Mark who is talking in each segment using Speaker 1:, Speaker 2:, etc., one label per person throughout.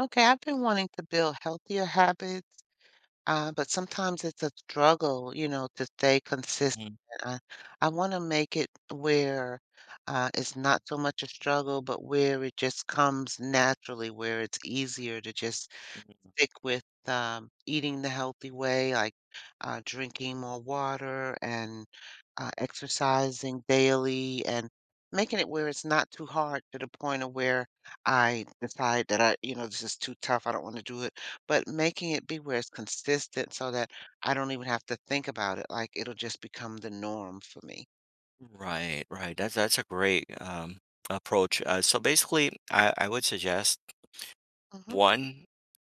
Speaker 1: Okay, I've been wanting to build healthier habits, but sometimes it's a struggle, you know, to stay consistent.
Speaker 2: Mhm,
Speaker 1: I, I want to make it where it's not so much a struggle, but where it just comes naturally, where it's easier to just stick with, eating the healthy way, like, drinking more water and, exercising daily, and making it where it's not too hard to the point of where I decide that "This is too tough, I don't wanna do it," but making it be where it's consistent so that I don't even have to think about it, like, it'll just become the norm for me.
Speaker 2: mhm. Right, right. That's a great approach. So basically, I would suggest
Speaker 1: Mhm,
Speaker 2: one,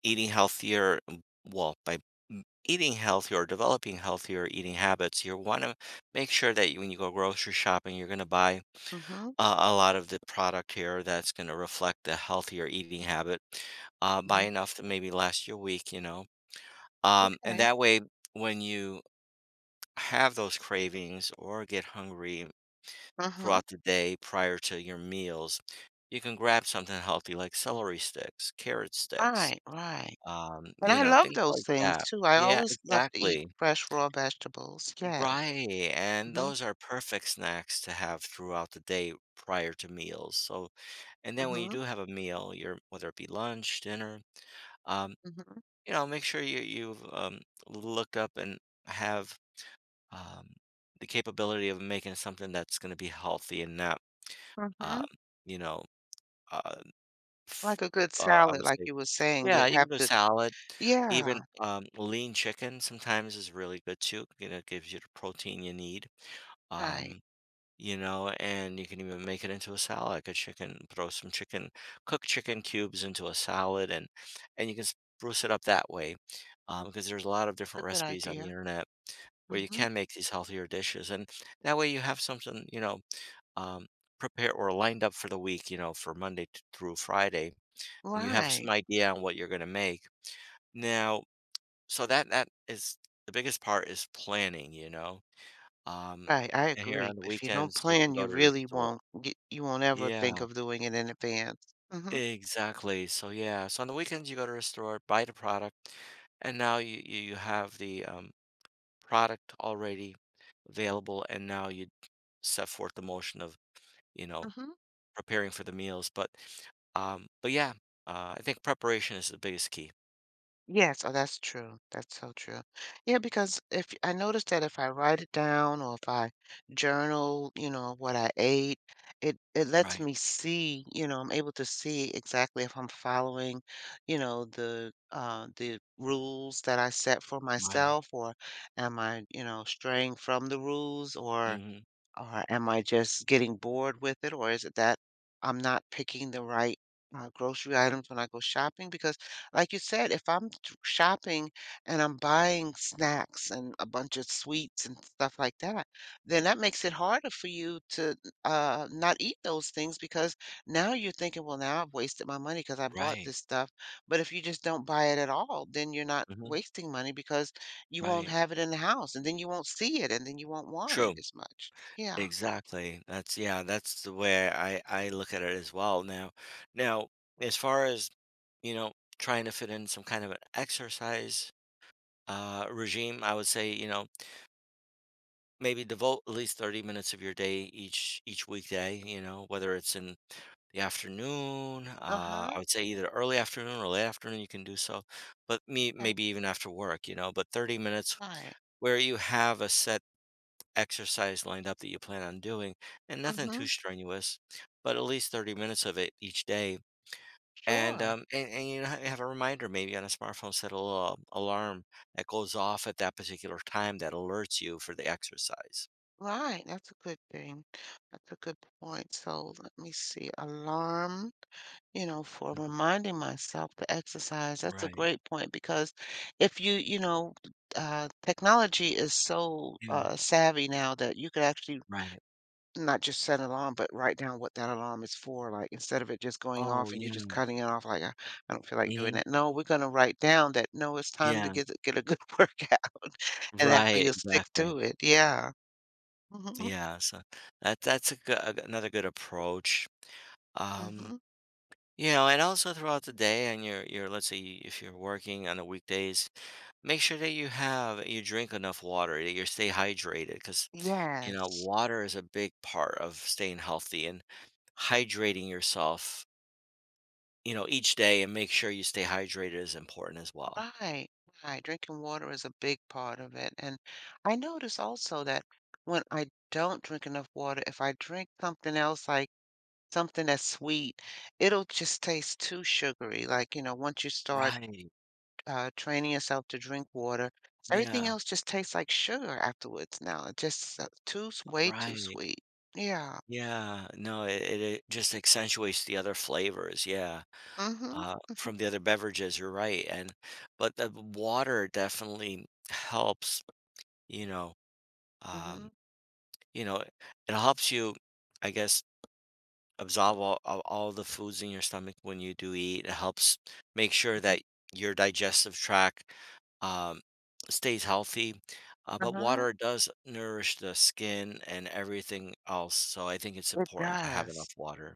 Speaker 2: eating healthier. Well, by eating healthier or developing healthier eating habits, you want to make sure that you, when you go grocery shopping, you're going to buy
Speaker 1: mhm.
Speaker 2: a lot of the product here that's going to reflect the healthier eating habit. Buy
Speaker 1: Mhm.
Speaker 2: enough to maybe last your week, you know. And
Speaker 1: Okay.
Speaker 2: that way, when you have those cravings or get hungry
Speaker 1: Mhm.
Speaker 2: throughout the day prior to your meals, you can grab something healthy like celery sticks, carrot sticks,
Speaker 1: Right, right. And
Speaker 2: you
Speaker 1: I
Speaker 2: know,
Speaker 1: love
Speaker 2: things
Speaker 1: those
Speaker 2: like
Speaker 1: things
Speaker 2: that.
Speaker 1: too. I
Speaker 2: Yeah,
Speaker 1: always love to eat
Speaker 2: exactly.
Speaker 1: fresh raw vegetables. Yes.
Speaker 2: Right. And
Speaker 1: Mhm,
Speaker 2: those are perfect snacks to have throughout the day prior to meals. So, and then when you
Speaker 1: mhm,
Speaker 2: do have a meal, your whether it be lunch, dinner, um,
Speaker 1: mhm,
Speaker 2: you know, make sure you you've looked up and have um, the capability of making something that's going to be healthy and not, um,
Speaker 1: mhm.
Speaker 2: you know, uh, F
Speaker 1: Like a good
Speaker 2: I
Speaker 1: salad,
Speaker 2: would
Speaker 1: like
Speaker 2: say
Speaker 1: you were saying,
Speaker 2: yeah,
Speaker 1: that
Speaker 2: you can
Speaker 1: have
Speaker 2: do
Speaker 1: to.
Speaker 2: salad, even,
Speaker 1: Yeah,
Speaker 2: lean chicken sometimes is really good too, you know, it gives you the protein you need,
Speaker 1: right.
Speaker 2: um, you know, and you can even make it into a salad, like a chicken, throw some chicken cooked chicken cubes into a salad, and you can spruce it up that way, because there's a lot of different
Speaker 1: That's a good
Speaker 2: recipes on the
Speaker 1: idea.
Speaker 2: internet where you
Speaker 1: Mhm.
Speaker 2: can make these healthier dishes, and that way you have something, you know, um, prepared or lined up for the week, you know, for Monday t through Friday and you have some
Speaker 1: Right.
Speaker 2: idea on what you're going to make. Now, so that is the biggest part is planning, you know. Um,
Speaker 1: Right, I
Speaker 2: and here
Speaker 1: agree.
Speaker 2: on the
Speaker 1: If you don't
Speaker 2: weekends, you can
Speaker 1: plan,
Speaker 2: go
Speaker 1: you
Speaker 2: to the
Speaker 1: really
Speaker 2: store.
Speaker 1: won't get you won't ever think
Speaker 2: Yeah,
Speaker 1: of doing it in advance. Mhm,
Speaker 2: exactly. So yeah, so on the weekends you go to the store, buy the product, and now you have the product already available, and now you set forth the motion of you know
Speaker 1: mhm.
Speaker 2: preparing for the meals. But yeah, I think preparation is the biggest key.
Speaker 1: Yes, oh, that's true. That's so true. Yeah, because if I notice that if I write it down or if I journal, you know, what I ate, it lets
Speaker 2: Right,
Speaker 1: me see, you know, I'm able to see exactly if I'm following, you know, the rules that I set for
Speaker 2: right,
Speaker 1: myself, or am I, you know, straying from the rules,
Speaker 2: hmm
Speaker 1: or am I just getting bored with it? Or is it that I'm not picking the right grocery items when I go shopping? Because, like you said, if shopping and I'm buying snacks and a bunch of sweets and stuff like that, then that makes it harder for you to not eat those things because now you're thinking, well, now I've wasted my money because I bought
Speaker 2: right.
Speaker 1: this stuff. But if you just don't buy it at all, then you're not
Speaker 2: Mhm.
Speaker 1: wasting money because you won't
Speaker 2: Right.
Speaker 1: have it in the house, and then you won't see it, and then you won't want it
Speaker 2: True.
Speaker 1: as much. Yeah.
Speaker 2: Exactly. That's yeah, that's the way I look at it as well now. Now, as far as, you know, trying to fit in some kind of an exercise regime, I would say, you know, maybe devote at least 30 minutes of your day each weekday, you know, whether it's in the afternoon, I
Speaker 1: Uh-huh.
Speaker 2: would say either early afternoon or late afternoon you can do so, but me
Speaker 1: That's
Speaker 2: maybe even after work, you know, but 30 minutes
Speaker 1: right.
Speaker 2: where you have a set exercise lined up that you plan on doing and nothing too
Speaker 1: Mhm.
Speaker 2: strenuous, but at least 30 minutes of it each day. And,
Speaker 1: Sure.
Speaker 2: um, and, and you have a reminder maybe on a smartphone, set a little alarm that goes off at that particular time that alerts you for the exercise.
Speaker 1: Right. That's a good thing. That's a good point. So let me see. Alarm, you know, for
Speaker 2: Mhm.
Speaker 1: reminding myself to exercise. That's a
Speaker 2: Right.
Speaker 1: great point because if you, you know, technology is so
Speaker 2: Yeah.
Speaker 1: savvy now that you could actually
Speaker 2: Right.
Speaker 1: not just set an alarm, but write down what that alarm is for, like, instead of it just going
Speaker 2: Oh,
Speaker 1: off and you just
Speaker 2: yeah.
Speaker 1: cutting it off, like, I don't feel like doing
Speaker 2: Hmm.
Speaker 1: that." No, we're gonna write down that, "No, it's time to
Speaker 2: Yeah.
Speaker 1: get a good workout," and that way
Speaker 2: Right.
Speaker 1: you'll stick
Speaker 2: Exactly.
Speaker 1: to it. Yeah. Mhm,
Speaker 2: Yeah. So that's a good, another good approach. Um,
Speaker 1: mhm.
Speaker 2: you know, and also throughout the day and let's say if you're working on the weekdays, make sure that you drink enough water, that you stay hydrated because you know,
Speaker 1: Yes.
Speaker 2: water is a big part of staying healthy and hydrating yourself, you know, each day and make sure you stay hydrated is important as well.
Speaker 1: Right, right. Drinking water is a big part of it, and I notice also that when I don't drink enough water, if I drink something else, like something that's sweet, it'll just taste too sugary, like, you know, once you start
Speaker 2: Right.
Speaker 1: training yourself to drink water. Everything
Speaker 2: Yeah.
Speaker 1: else just tastes like sugar afterwards now. It just way too
Speaker 2: Right.
Speaker 1: sweet. Yeah.
Speaker 2: Yeah. No, it just accentuates the other flavors, yeah,
Speaker 1: Mm-hmm.
Speaker 2: from the other beverages, you're right, and but the water definitely helps, you know,
Speaker 1: Mm-hmm.
Speaker 2: um, you know, it helps you, I guess absorb all the foods in your stomach when you do eat. It helps make sure that your digestive tract um, stays healthy. But
Speaker 1: Uh-huh.
Speaker 2: water does nourish the skin and everything else. So I think it's
Speaker 1: It
Speaker 2: important to have enough
Speaker 1: does.
Speaker 2: water.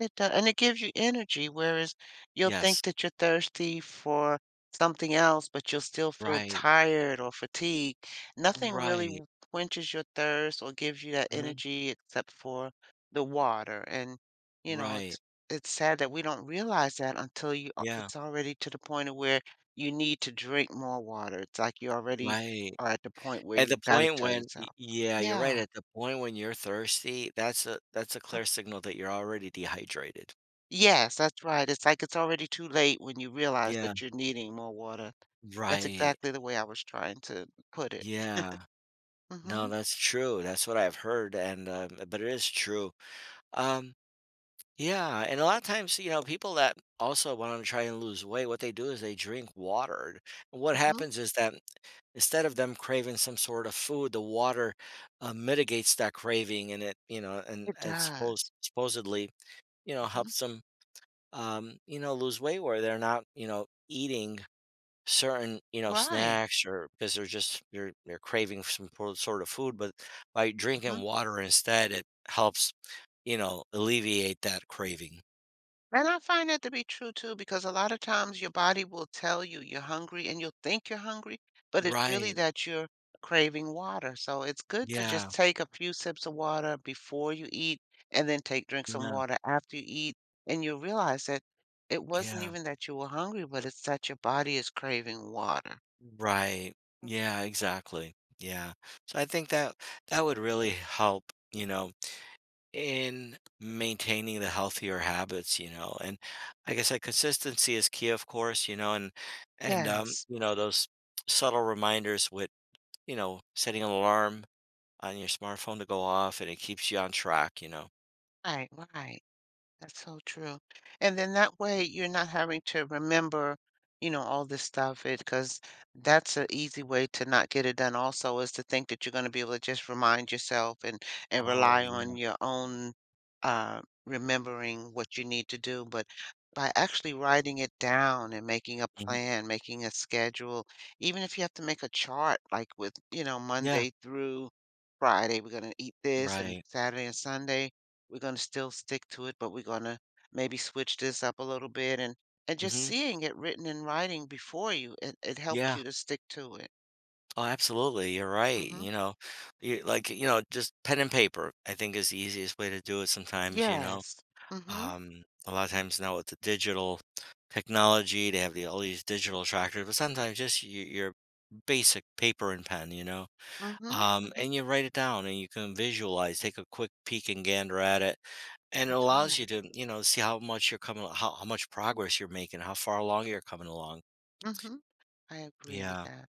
Speaker 1: It does, and it gives you energy, whereas you'll
Speaker 2: Yes.
Speaker 1: think that you're thirsty for something else, but you'll still feel
Speaker 2: Right.
Speaker 1: tired or fatigued. Nothing really
Speaker 2: Right.
Speaker 1: w- quenches your thirst or gives you that
Speaker 2: Mhm.
Speaker 1: energy except for the water. And you know,
Speaker 2: Right.
Speaker 1: it's sad that we don't realize that until
Speaker 2: Yeah.
Speaker 1: it's already to the point of where you need to drink more water. It's like you already
Speaker 2: Right.
Speaker 1: are at the point where
Speaker 2: At the
Speaker 1: you've got to
Speaker 2: point
Speaker 1: tell
Speaker 2: when,
Speaker 1: yourself.
Speaker 2: yeah, you're right.
Speaker 1: Yeah.
Speaker 2: At the point when you're thirsty, that's a clear signal that you're already dehydrated.
Speaker 1: Yes, that's right. It's like it's already too late when you realize
Speaker 2: Yeah.
Speaker 1: that you're needing more water. That's
Speaker 2: Right.
Speaker 1: exactly the way I was trying to put it.
Speaker 2: Yeah. No,
Speaker 1: Mhm,
Speaker 2: that's true. That's what I've heard, and but it is true. Um, yeah, and a lot of times, you know, people that also want to try and lose weight, what they do is they drink water. And what
Speaker 1: mhm.
Speaker 2: happens is that instead of them craving some sort of food, the water mitigates that craving, and it, you know,
Speaker 1: It
Speaker 2: and
Speaker 1: does.
Speaker 2: supposedly, you know,
Speaker 1: Mhm.
Speaker 2: helps them, you know, lose weight where they're not, you know, eating certain, you know,
Speaker 1: Right.
Speaker 2: snacks or because they're just they're craving some po sort of food, but by drinking
Speaker 1: Mhm.
Speaker 2: water instead, it helps, you know, alleviate that craving.
Speaker 1: And I find that to be true too, because a lot of times your body will tell you you're hungry and you'll think you're hungry, but it's really
Speaker 2: Right.
Speaker 1: that you're craving water. So it's good to just
Speaker 2: Yeah.
Speaker 1: take a few sips of water before you eat, and then take drink some
Speaker 2: Yeah.
Speaker 1: water after you eat. And you'll realize that it wasn't
Speaker 2: Yeah.
Speaker 1: even that you were hungry, but it's that your body is craving water.
Speaker 2: Right. Yeah, exactly. Yeah. So I think that that would really help, you know, in maintaining the healthier habits, you know, and like I said, consistency is key, of course, you know, and
Speaker 1: Yes.
Speaker 2: you know, those subtle reminders with you know, setting an alarm on your smartphone to go off, and it keeps you on track, you know?
Speaker 1: Right, right. That's so true. And then that way you're not having to remember, you know, all this stuff it because that's an easy way to not get it done also, is to think that you're going to be able to just remind yourself and
Speaker 2: Oh,
Speaker 1: rely on
Speaker 2: yeah,
Speaker 1: your own uh remembering what you need to do. But by actually writing it down and making a
Speaker 2: mhm,
Speaker 1: plan, making a schedule, even if you have to make a chart like with, you know,
Speaker 2: yeah,
Speaker 1: Monday through Friday, we're going to eat this, and
Speaker 2: right,
Speaker 1: Saturday and Sunday we're gonna still stick to it, but we're gonna maybe switch this up a little bit, and just
Speaker 2: mhm,
Speaker 1: seeing it written in writing before you, it helped
Speaker 2: yeah.
Speaker 1: you to stick to it.
Speaker 2: Oh, absolutely, you're right,
Speaker 1: Mhm.
Speaker 2: you know? You know, just pen and paper, I think, is the easiest way to do it sometimes, you know?
Speaker 1: Yes. Mhm.
Speaker 2: A lot of times now with the digital technology, they have the all these digital trackers, but sometimes just your basic paper and pen, you know?
Speaker 1: Mhm. Mhm.
Speaker 2: And you write it down, and you can visualize, take a quick peek and gander at it. And it
Speaker 1: That's
Speaker 2: allows you
Speaker 1: right.
Speaker 2: to, you know, see how much you're coming how much progress you're making, how far along you're coming along.
Speaker 1: Mhm. I agree with
Speaker 2: Yeah.
Speaker 1: that.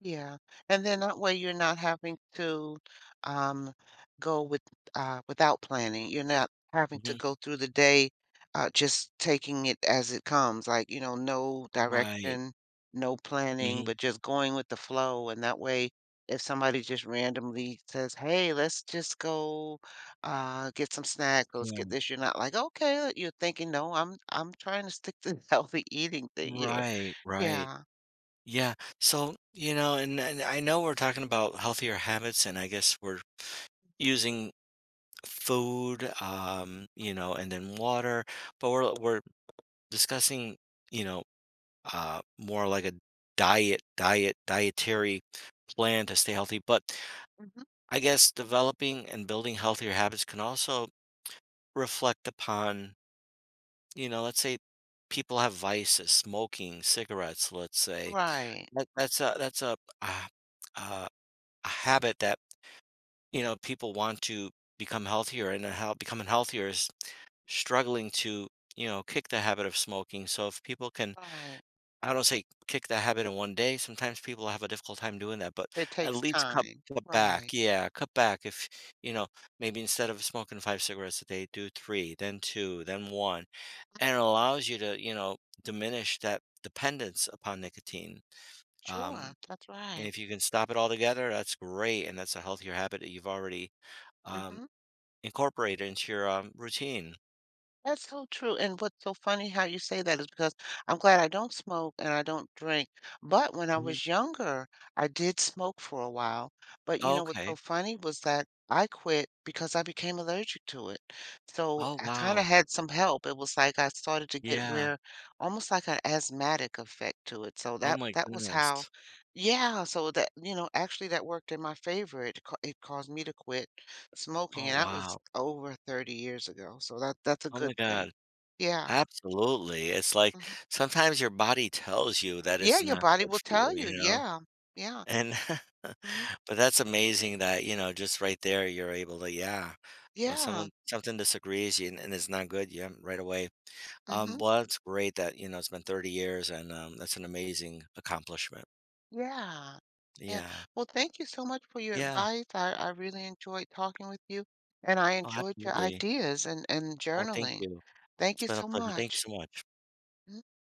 Speaker 1: Yeah, and then that way you're not having to um, go with without planning. You're not having to
Speaker 2: Mhm.
Speaker 1: go through the day just taking it as it comes, like, you know, no
Speaker 2: Right.
Speaker 1: direction, no planning,
Speaker 2: Mhm.
Speaker 1: but just going with the flow. And that way, if somebody just randomly says, "Hey, let's just go get some snacks, let's get
Speaker 2: Yeah.
Speaker 1: this," you're not like, "Okay," you're thinking, "No, I'm trying to stick to the healthy eating thing here."
Speaker 2: Right, right.
Speaker 1: Yeah,
Speaker 2: Yeah. So, you know, and I know we're talking about healthier habits, and I guess we're using food, you know, and then water, but we're discussing, you know, more like a dietary plan to stay healthy, but
Speaker 1: hmm.
Speaker 2: I guess developing and building healthier habits can also reflect upon, you know, let's say people have vices, smoking, cigarettes, let's say.
Speaker 1: Right,
Speaker 2: That's uh uh a habit that you know people want to become healthier, and how becoming healthier is struggling to you know kick the habit of smoking. So if people can,
Speaker 1: right.
Speaker 2: I don't say kick the habit in one day. Sometimes people have a difficult time doing that, but
Speaker 1: It
Speaker 2: at
Speaker 1: takes
Speaker 2: least cut
Speaker 1: time.
Speaker 2: cut back.
Speaker 1: Right.
Speaker 2: Yeah, cut back. If you know, maybe instead of smoking five cigarettes a day, do three, then two, then one and it allows you to you know diminish that dependence upon nicotine um,
Speaker 1: Sure, that's
Speaker 2: and
Speaker 1: right.
Speaker 2: if you can stop it altogether that's great and that's a healthier habit that you've already um,
Speaker 1: Mhm.
Speaker 2: incorporated into your routine.
Speaker 1: That's so true, and what's so funny how you say that is because I'm glad I don't smoke and I don't drink, but when I
Speaker 2: Hmm.
Speaker 1: was younger, I did smoke for a while, but you know what's
Speaker 2: Okay.
Speaker 1: so funny was that I quit because I became allergic to it, so
Speaker 2: Oh
Speaker 1: I kinda
Speaker 2: wow.
Speaker 1: had some help. It was like I started to get
Speaker 2: Yeah.
Speaker 1: where almost like an asthmatic effect to it, so
Speaker 2: Oh
Speaker 1: that
Speaker 2: my
Speaker 1: that was how,
Speaker 2: goodness.
Speaker 1: yeah, so that you know, actually that worked in my favor, it caused me to quit smoking,
Speaker 2: Oh
Speaker 1: and that was
Speaker 2: wow.
Speaker 1: over 30 years ago, so that that's a
Speaker 2: Oh
Speaker 1: good
Speaker 2: my
Speaker 1: thing.
Speaker 2: god.
Speaker 1: Yeah,
Speaker 2: Absolutely, it's like
Speaker 1: mhm.
Speaker 2: sometimes your body tells you that
Speaker 1: Yeah,
Speaker 2: it's
Speaker 1: your
Speaker 2: not
Speaker 1: body
Speaker 2: good
Speaker 1: will
Speaker 2: for you
Speaker 1: tell you,
Speaker 2: you know.
Speaker 1: yeah, yeah,
Speaker 2: And
Speaker 1: mhm,
Speaker 2: but that's amazing that, you know, just right there, you're able to yeah. When
Speaker 1: yeah,
Speaker 2: someone something disagrees you and it's not good, yeah, right away.
Speaker 1: mhm,
Speaker 2: Well, that's great that, you know, it's been 30 years and that's an amazing accomplishment.
Speaker 1: yeah, yeah.
Speaker 2: Yeah.
Speaker 1: Well, thank you so much for your
Speaker 2: Yeah.
Speaker 1: advice, I really enjoyed talking with you, and I
Speaker 2: Oh,
Speaker 1: enjoyed your
Speaker 2: absolutely.
Speaker 1: ideas and
Speaker 2: Oh, thank
Speaker 1: journaling.
Speaker 2: you.
Speaker 1: Thank
Speaker 2: It's
Speaker 1: you
Speaker 2: been a
Speaker 1: so
Speaker 2: pleasure. Thank you
Speaker 1: much.
Speaker 2: so much.